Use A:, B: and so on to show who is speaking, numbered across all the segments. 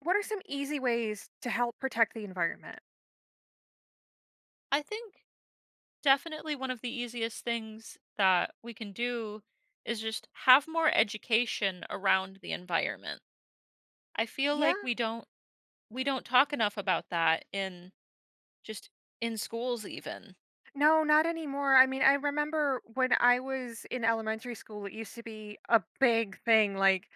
A: What are some easy ways to help protect the environment?
B: I think definitely one of the easiest things that we can do is just have more education around the environment. I feel
A: Yeah.
B: like we don't talk enough about that in just in schools even.
A: No, not anymore. I mean, I remember when I was in elementary school, it used to be a big thing. Like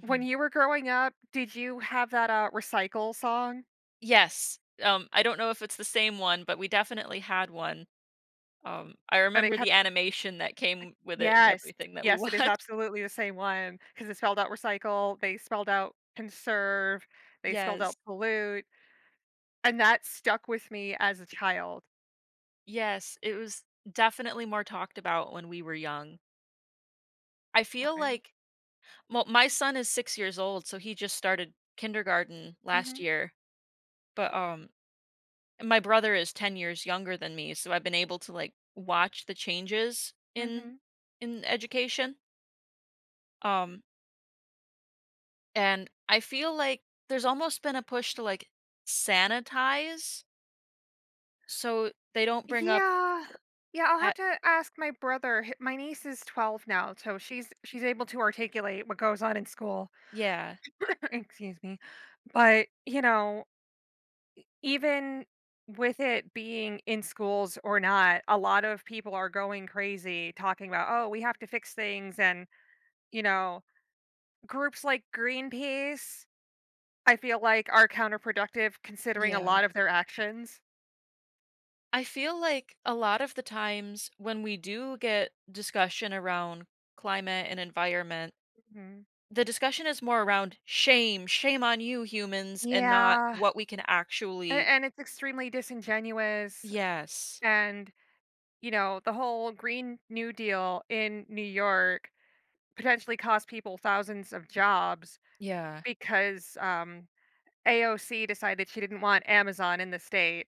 A: when you were growing up, did you have that recycle song?
B: Yes. I don't know if it's the same one, but we definitely had one. I
A: But it
B: remember the
A: kept,
B: animation that came with it and
A: yes,
B: everything that we
A: yes, it is
B: watched.
A: absolutely the same one because it spelled out recycle, they spelled out conserve, they spelled
B: Yes.
A: out pollute, and that stuck with me as a child.
B: Yes, it was definitely more talked about when we were young. I feel
A: I,
B: like. Well, my son is 6 years old, so he just started kindergarten last
A: mm-hmm,
B: year, but, my brother is 10 years younger than me, so I've been able to, like, watch the changes
A: mm-hmm.
B: in education, um, and I feel like there's almost been a push to, like, sanitize, so they don't bring up
A: Yeah. Yeah, I'll
B: at.
A: have to ask my brother. My niece is 12 now, so she's able to articulate what goes on in school.
B: Yeah,
A: Excuse me. But, you know, even with it being in schools or not, a lot of people are going crazy talking about, "Oh, we have to fix things." And, you know, groups like Greenpeace, I feel like are counterproductive considering a
B: yeah.
A: lot of their actions.
B: I feel like a lot of the times when we do get discussion around climate and environment,
A: Mhm.
B: the discussion is more around shame, shame on you humans, and not
A: Yeah.
B: what we can
A: a-
B: actually.
A: And it's extremely disingenuous
B: Yes.
A: and you know, the whole Green New Deal in New York potentially cost people thousands of jobs
B: Yeah.
A: because AOC decided she didn't want Amazon in the state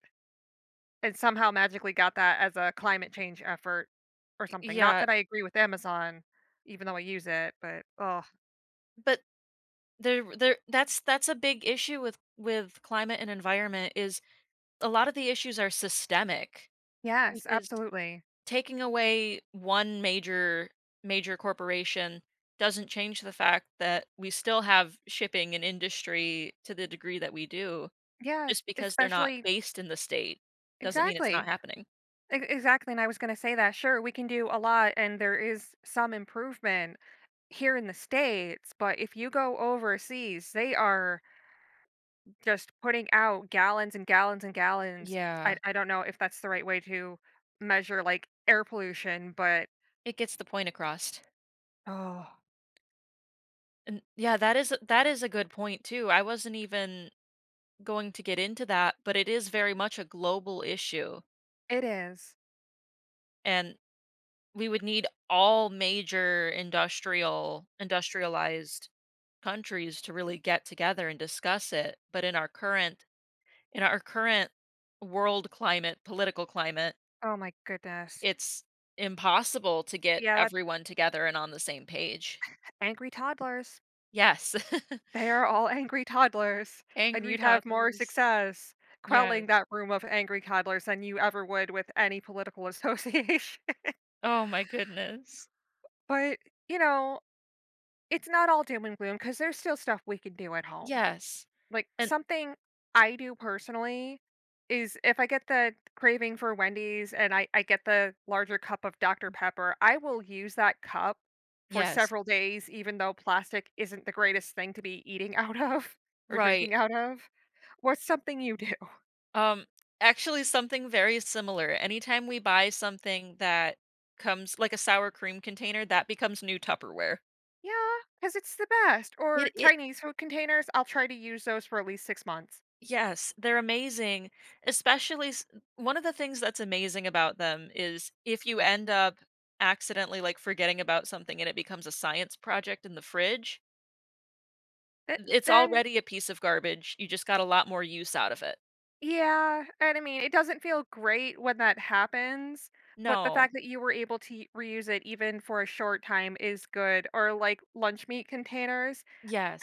A: and somehow magically got that as a climate change effort or something. Not
B: Yeah,
A: that I agree with Amazon, even though I use it, but oh,
B: but there that's a big issue with climate and environment is a lot of the issues are systemic
A: yes,
B: because
A: absolutely.
B: taking away one major corporation doesn't change the fact that we still have shipping and industry to the degree that we do.
A: Yes,
B: Just because they're not
A: especially,
B: based in the state doesn't mean it's not
A: exactly.
B: happening.
A: Ex Exactly, and I was gonna say that. Sure, we can do a lot, and there is some improvement here in the States, but if you go overseas, they are just putting out gallons and gallons and gallons. I
B: Yeah,
A: I don't know if that's the right way to measure, like, air pollution, but,
B: it gets the point across.
A: oh,
B: And yeah, that is a good point too. I wasn't even going to get into that, but it is very much a global issue.
A: it is.
B: And we would need all major industrialized countries to really get together and discuss it. But in our current world climate, political climate,
A: Oh my goodness.
B: it's impossible to get
A: Yeah, that's
B: everyone together and on the same page.
A: angry toddlers.
B: Yes.
A: They are all angry toddlers, and
B: Angry
A: you'd have more
B: toddlers.
A: success quelling
B: Yes.
A: that room of angry toddlers than you ever would with any political association.
B: Oh my goodness.
A: But, you know, it's not all doom and gloom because there's still stuff we can do at home.
B: Yes.
A: Like,
B: And
A: something I do personally is if I get the craving for Wendy's and I get the larger cup of Dr. Pepper, I will use that cup for
B: yes,
A: several days, even though plastic isn't the greatest thing to be eating out of or
B: right.
A: drinking out of. What's something you do?
B: Um, actually something very similar. Anytime we buy something that comes like a sour cream container, that becomes new Tupperware.
A: Yeah, because it's the best. Or
B: It
A: Chinese food containers, I'll try to use those for at least 6 months.
B: yes, they're amazing. Especially one of the things that's amazing about them is if you end up accidentally like forgetting about something and it becomes a science project in the fridge,
A: Th
B: it's
A: then
B: already a piece of garbage. You just got a lot more use out of it.
A: Yeah, and I mean, it doesn't feel great when that happens, but the
B: No.
A: fact that you were able to y reuse it even for a short time is good, or, like, lunch meat containers,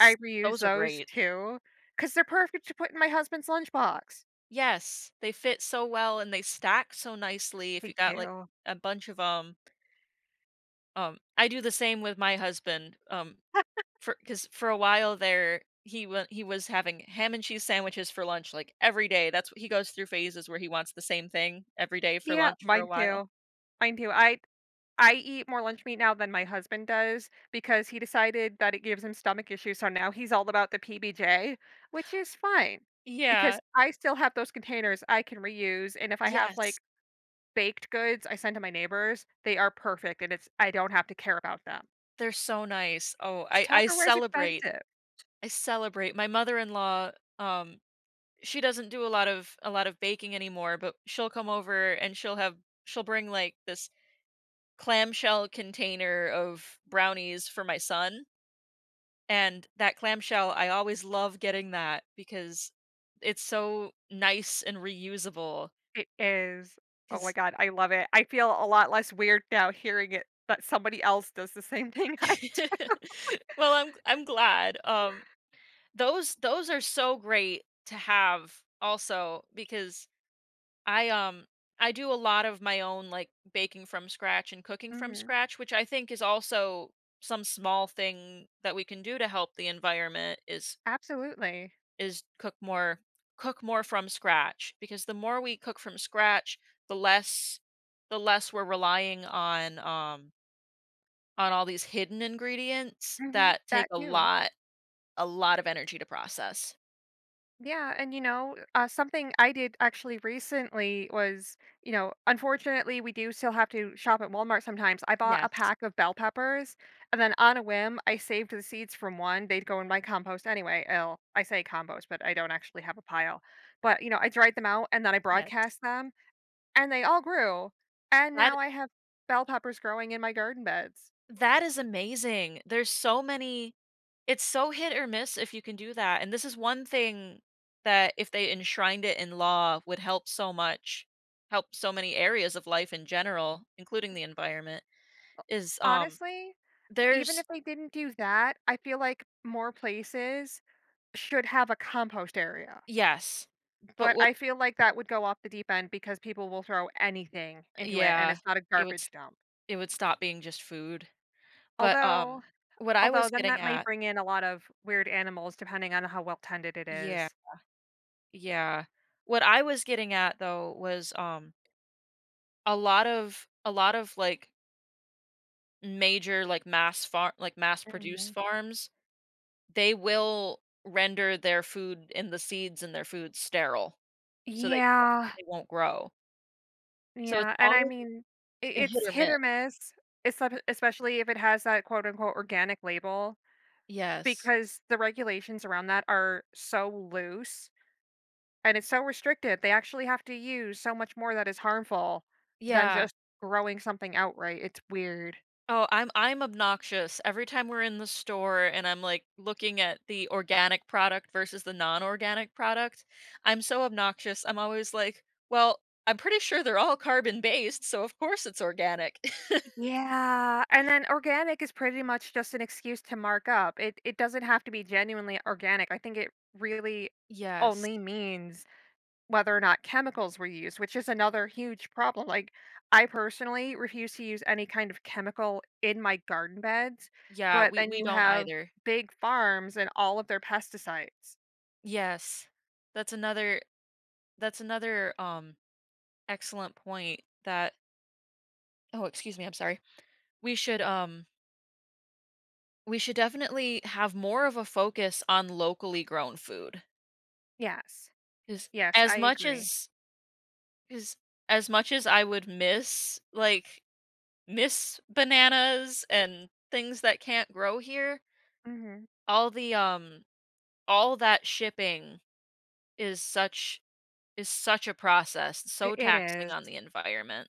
A: I reuse
B: those are
A: those
B: great.
A: too, because 'cause they're perfect to put in my husband's lunchbox.
B: Yes, they fit so well and they stack so nicely if you
A: They
B: got, like,
A: do.
B: a bunch of them. I do the same with my husband, for because for a while there, he was having ham and cheese sandwiches for lunch, like, every day. That's what he goes through phases where he wants the same thing every day for
A: Yeah,
B: lunch for a
A: mine
B: while.
A: too. Mine too. I eat more lunch meat now than my husband does because he decided that it gives him stomach issues, so now he's all about the PBJ, which is fine
B: Yeah.
A: because I still have those containers I can reuse, and if I have,
B: Yes,
A: like, baked goods I send to my neighbors, they are perfect, and it's I don't have to care about them.
B: they're so nice. Oh,
A: 'Cause
B: I
A: Tupperware's
B: celebrate.
A: expensive.
B: I celebrate. My mother-in-law, um she doesn't do a lot of baking anymore, but she'll come over and she'll bring like this clamshell container of brownies for my son. And that clamshell, I always love getting that because it's so nice and reusable.
A: It is. Oh my
B: Because
A: god, I love it. I feel a lot less weird now hearing it that somebody else does the same thing I do.
B: well, I'm glad. Those are so great to have also because I, um, I do a lot of my own, like, baking from scratch and cooking from
A: Mhm.
B: scratch, which I think is also some small thing that we can do to help the environment is
A: Absolutely.
B: is cook more cook more from scratch because the more we cook from scratch, the less the less we're relying on all these hidden ingredients
A: Mhm.
B: that take
A: That too.
B: a lot of energy to process.
A: Yeah, and something I did actually recently was, you know, unfortunately, we do still have to shop at Walmart sometimes. I bought a
B: Yes,
A: pack of bell peppers, and then on a whim, I saved the seeds from one. They'd go in my compost anyway. Oh, I say compost, but I don't actually have a pile. But you know, I dried them out, and then I
B: yes.
A: broadcast them. And they all grew, and
B: That
A: now I have bell peppers growing in my garden beds.
B: That is amazing. There's so many it's so hit or miss if you can do that, and this is one thing that if they enshrined it in law would help so much, help so many areas of life in general, including the environment, is,
A: Honestly, even
B: there's.
A: if they didn't do that, I feel like more places should have a compost area,
B: Yes, but
A: but
B: what.
A: I feel like that would go off the deep end because people will throw anything into it, and
B: Yeah,
A: it's not a
B: it would s
A: garbage dump.
B: it would stop being just food, but,
A: Although
B: what I was
A: then
B: getting
A: that may
B: at.
A: bring in a lot of weird animals depending on how well tended it
B: Yeah,
A: is.
B: yeah. What I was getting at though was, a lot of, like, major, like, mass farm like, mass-produced
A: Mhm.
B: farms, they will render their food and the seeds in their food sterile, so
A: Yeah.
B: they won't grow. So it's
A: Yeah, and I
B: always
A: mean, I
B: a hit
A: it's
B: or
A: hit
B: miss.
A: or miss, especially if it has that quote unquote organic label
B: Yes.
A: because the regulations around that are so loose and it's so restricted. They actually have to use so much more that is harmful than
B: Yeah.
A: just growing something outright. It's weird.
B: Oh, I'm obnoxious. Every time we're in the store and I'm, like, looking at the organic product versus the non-organic product, I'm so obnoxious. I'm always like, "Well, I'm pretty sure they're all carbon-based, so of course it's organic."
A: Yeah, and then organic is pretty much just an excuse to mark up. It doesn't have to be genuinely organic. I think it really
B: Yes.
A: only means whether or not chemicals were used, which is another huge problem. Like, I personally refuse to use any kind of chemical in my garden beds,
B: Yeah,
A: but then
B: we
A: you
B: don't
A: have
B: either.
A: big farms and all of their pesticides.
B: Yes. That's another that's another excellent point that oh, excuse me, I'm sorry. We should um we should definitely have more of a focus on locally grown food.
A: Yes.
B: Because
A: Yes,
B: as
A: I
B: much
A: agree.
B: as cuz as much as I would miss bananas and things that can't grow here,
A: Mhm.
B: all the um all that shipping is such is such a process, so
A: It
B: taxing
A: is.
B: on the environment.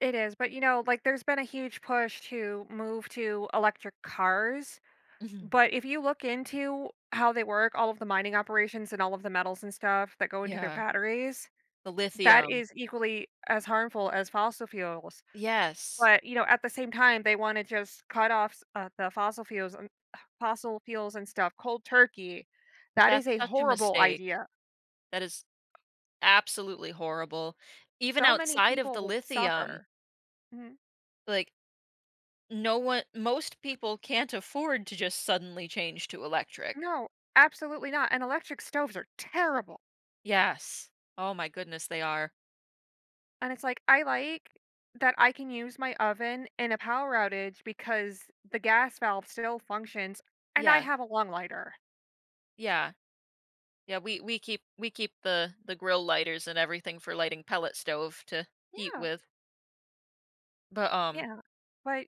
A: It is, but, you know, like, there's been a huge push to move to electric cars,
B: Mhm.
A: but if you look into how they work, all of the mining operations and all of the metals and stuff that go into their
B: Yeah.
A: batteries.
B: The
A: That
B: lithium.
A: is equally as harmful as fossil fuels,
B: Yes.
A: but, you know, at the same time, they wanna just cut off s the fossil fuels and fossil fuels and stuff cold turkey. That
B: That's
A: is a
B: such a
A: horrible
B: mistake.
A: idea.
B: That is absolutely horrible. Even
A: So many
B: outside of
A: people
B: the
A: would
B: lithium,
A: suffer. Mhm.
B: like, no one most people can't afford to just suddenly change to electric.
A: No, absolutely not, and electric stoves are terrible,
B: Yes. Oh my goodness, they are.
A: and it's like, I like that I can use my oven in a power outage because the gas valve still functions, and I
B: Yeah.
A: have a long lighter.
B: Yeah. Yeah, we keep the grill lighters and everything for lighting pellet stove to heat
A: Yeah,
B: with. But,
A: yeah, but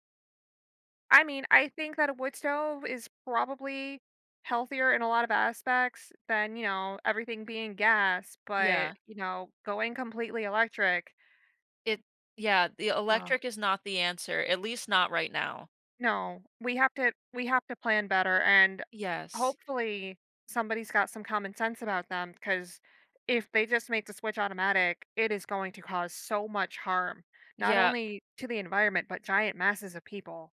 A: I mean, I think that a wood stove is probably healthier in a lot of aspects than, you know, everything being gas, but,
B: yeah.
A: you know, going completely electric,
B: It yeah, the
A: yeah.
B: electric is not the answer, at least not right now.
A: No, we have to plan better and
B: Yes.
A: hopefully somebody's got some common sense about them because if they just make the switch automatic, it is going to cause so much harm, not
B: Yeah.
A: only to the environment, but giant masses of people.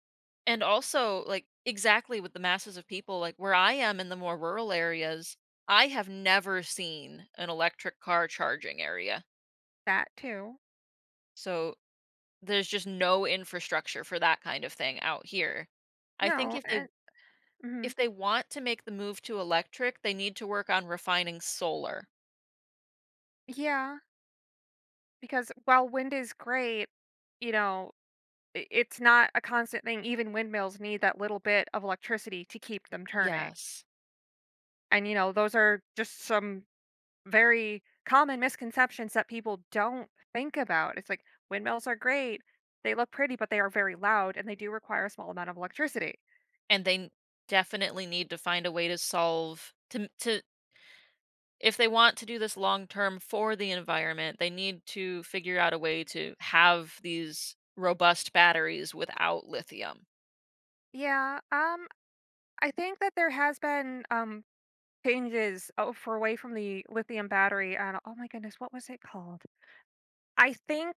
B: And also, like, exactly with the masses of people, like, where I am in the more rural areas, I have never seen an electric car charging area.
A: That too.
B: So there's just no infrastructure for that kind of thing out here. I think
A: No, and mhm.
B: if they want to make the move to electric, they need to work on refining solar.
A: Yeah. Because while wind is great, you know, I it's not a constant thing, even windmills need that little bit of electricity to keep them turning,
B: Yes.
A: and, you know, those are just some very common misconceptions that people don't think about, it's like, windmills are great, they look pretty, but they are very loud, and they do require a small amount of electricity.
B: And definitely need to find a way to if they want to do this long term for the environment, they need to figure out a way to have these robust batteries without lithium.
A: Yeah, I think that there has been, changes, oh, for away from the lithium battery, and oh my goodness, what was it called? I think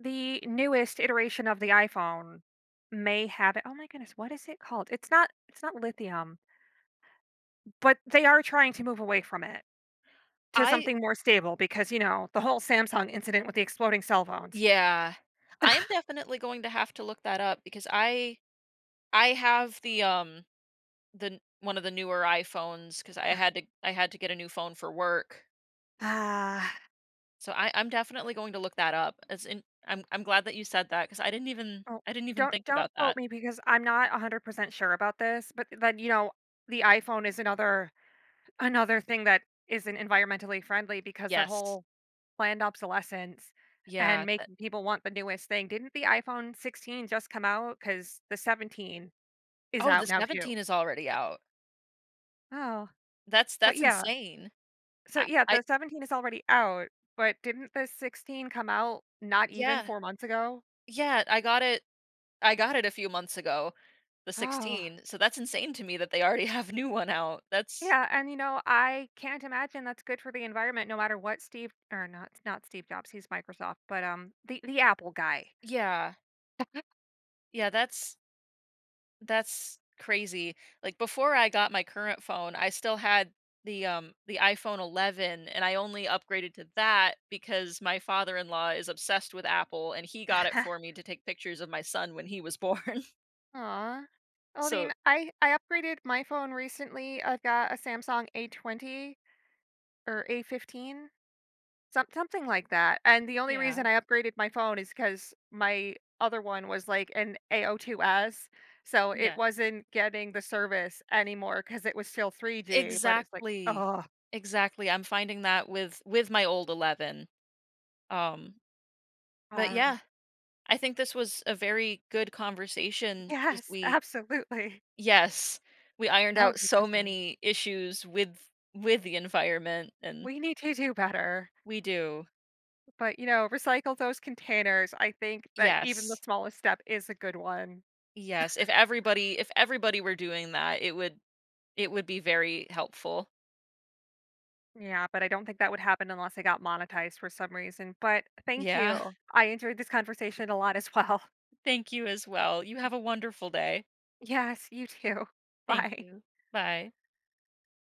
A: the newest iteration of the iPhone may have it. Oh my goodness, what is it called? It's not lithium, but they are trying to move away from it to
B: I
A: something more stable because, you know, the whole Samsung incident with the exploding cell phones.
B: yeah, I am definitely going to have to look that up because I have one of the newer iPhones cuz I had to get a new phone for work.
A: Ah,
B: So I'm definitely going to look that up. As in I'm glad that you said that cuz
A: oh,
B: I didn't even
A: don't
B: think
A: don't
B: about
A: quote
B: that.
A: me because I'm not 100% sure about this, but then, you know, the iPhone is another thing that isn't environmentally friendly because that
B: Yes.
A: whole planned obsolescence
B: Yeah.
A: and making people want the newest thing. Didn't the iPhone 16 just come out? Because the 17 is
B: Oh, the
A: out now too.
B: 17 is already out.
A: Oh,
B: That's
A: but
B: that's
A: yeah.
B: insane.
A: So
B: I
A: yeah,
B: I
A: the 17 is already out, but didn't the 16 come out not even
B: yeah,
A: 4 months ago?
B: yeah, I got it a few months ago, the
A: Oh,
B: 16, so that's insane to me that they already have new one out. That's
A: yeah. And you know, I can't imagine that's good for the environment, no matter what Steve or not Steve Jobs, he's Microsoft, but the Apple guy.
B: yeah, yeah, that's crazy. Like, before I got my current phone, I still had the iPhone 11, and I only upgraded to that because my father-in-law is obsessed with Apple, and he got it for me to take pictures of my son when he was born.
A: Aw. Well, I
B: So
A: mean, I upgraded my phone recently. I've got a Samsung A20 or A15, something like that. And the only
B: yeah,
A: reason I upgraded my phone is because my other one was like an A02s, so it
B: yeah.
A: wasn't getting the service anymore because it was still 3G, but it's like,
B: Exactly.
A: oh,
B: Exactly, I'm finding that with my old 11. Um, but
A: Um,
B: yeah, I think this was a very good conversation because
A: yes,
B: we.
A: absolutely.
B: Yes, we ironed
A: Oh
B: out
A: my
B: so
A: goodness.
B: many issues with the environment, and
A: We need to do better,
B: we do.
A: but, you know, recycle those containers. I think that even the
B: Yes.
A: smallest step is a good one.
B: Yes, if everybody were doing that, it would be very helpful.
A: Yeah, but I don't think that would happen unless I got monetized for some reason. But thank
B: Yeah,
A: you. I enjoyed this conversation a lot as well.
B: thank you as well. You have a wonderful day.
A: Yes, you too.
B: Thank
A: Bye.
B: you. Bye.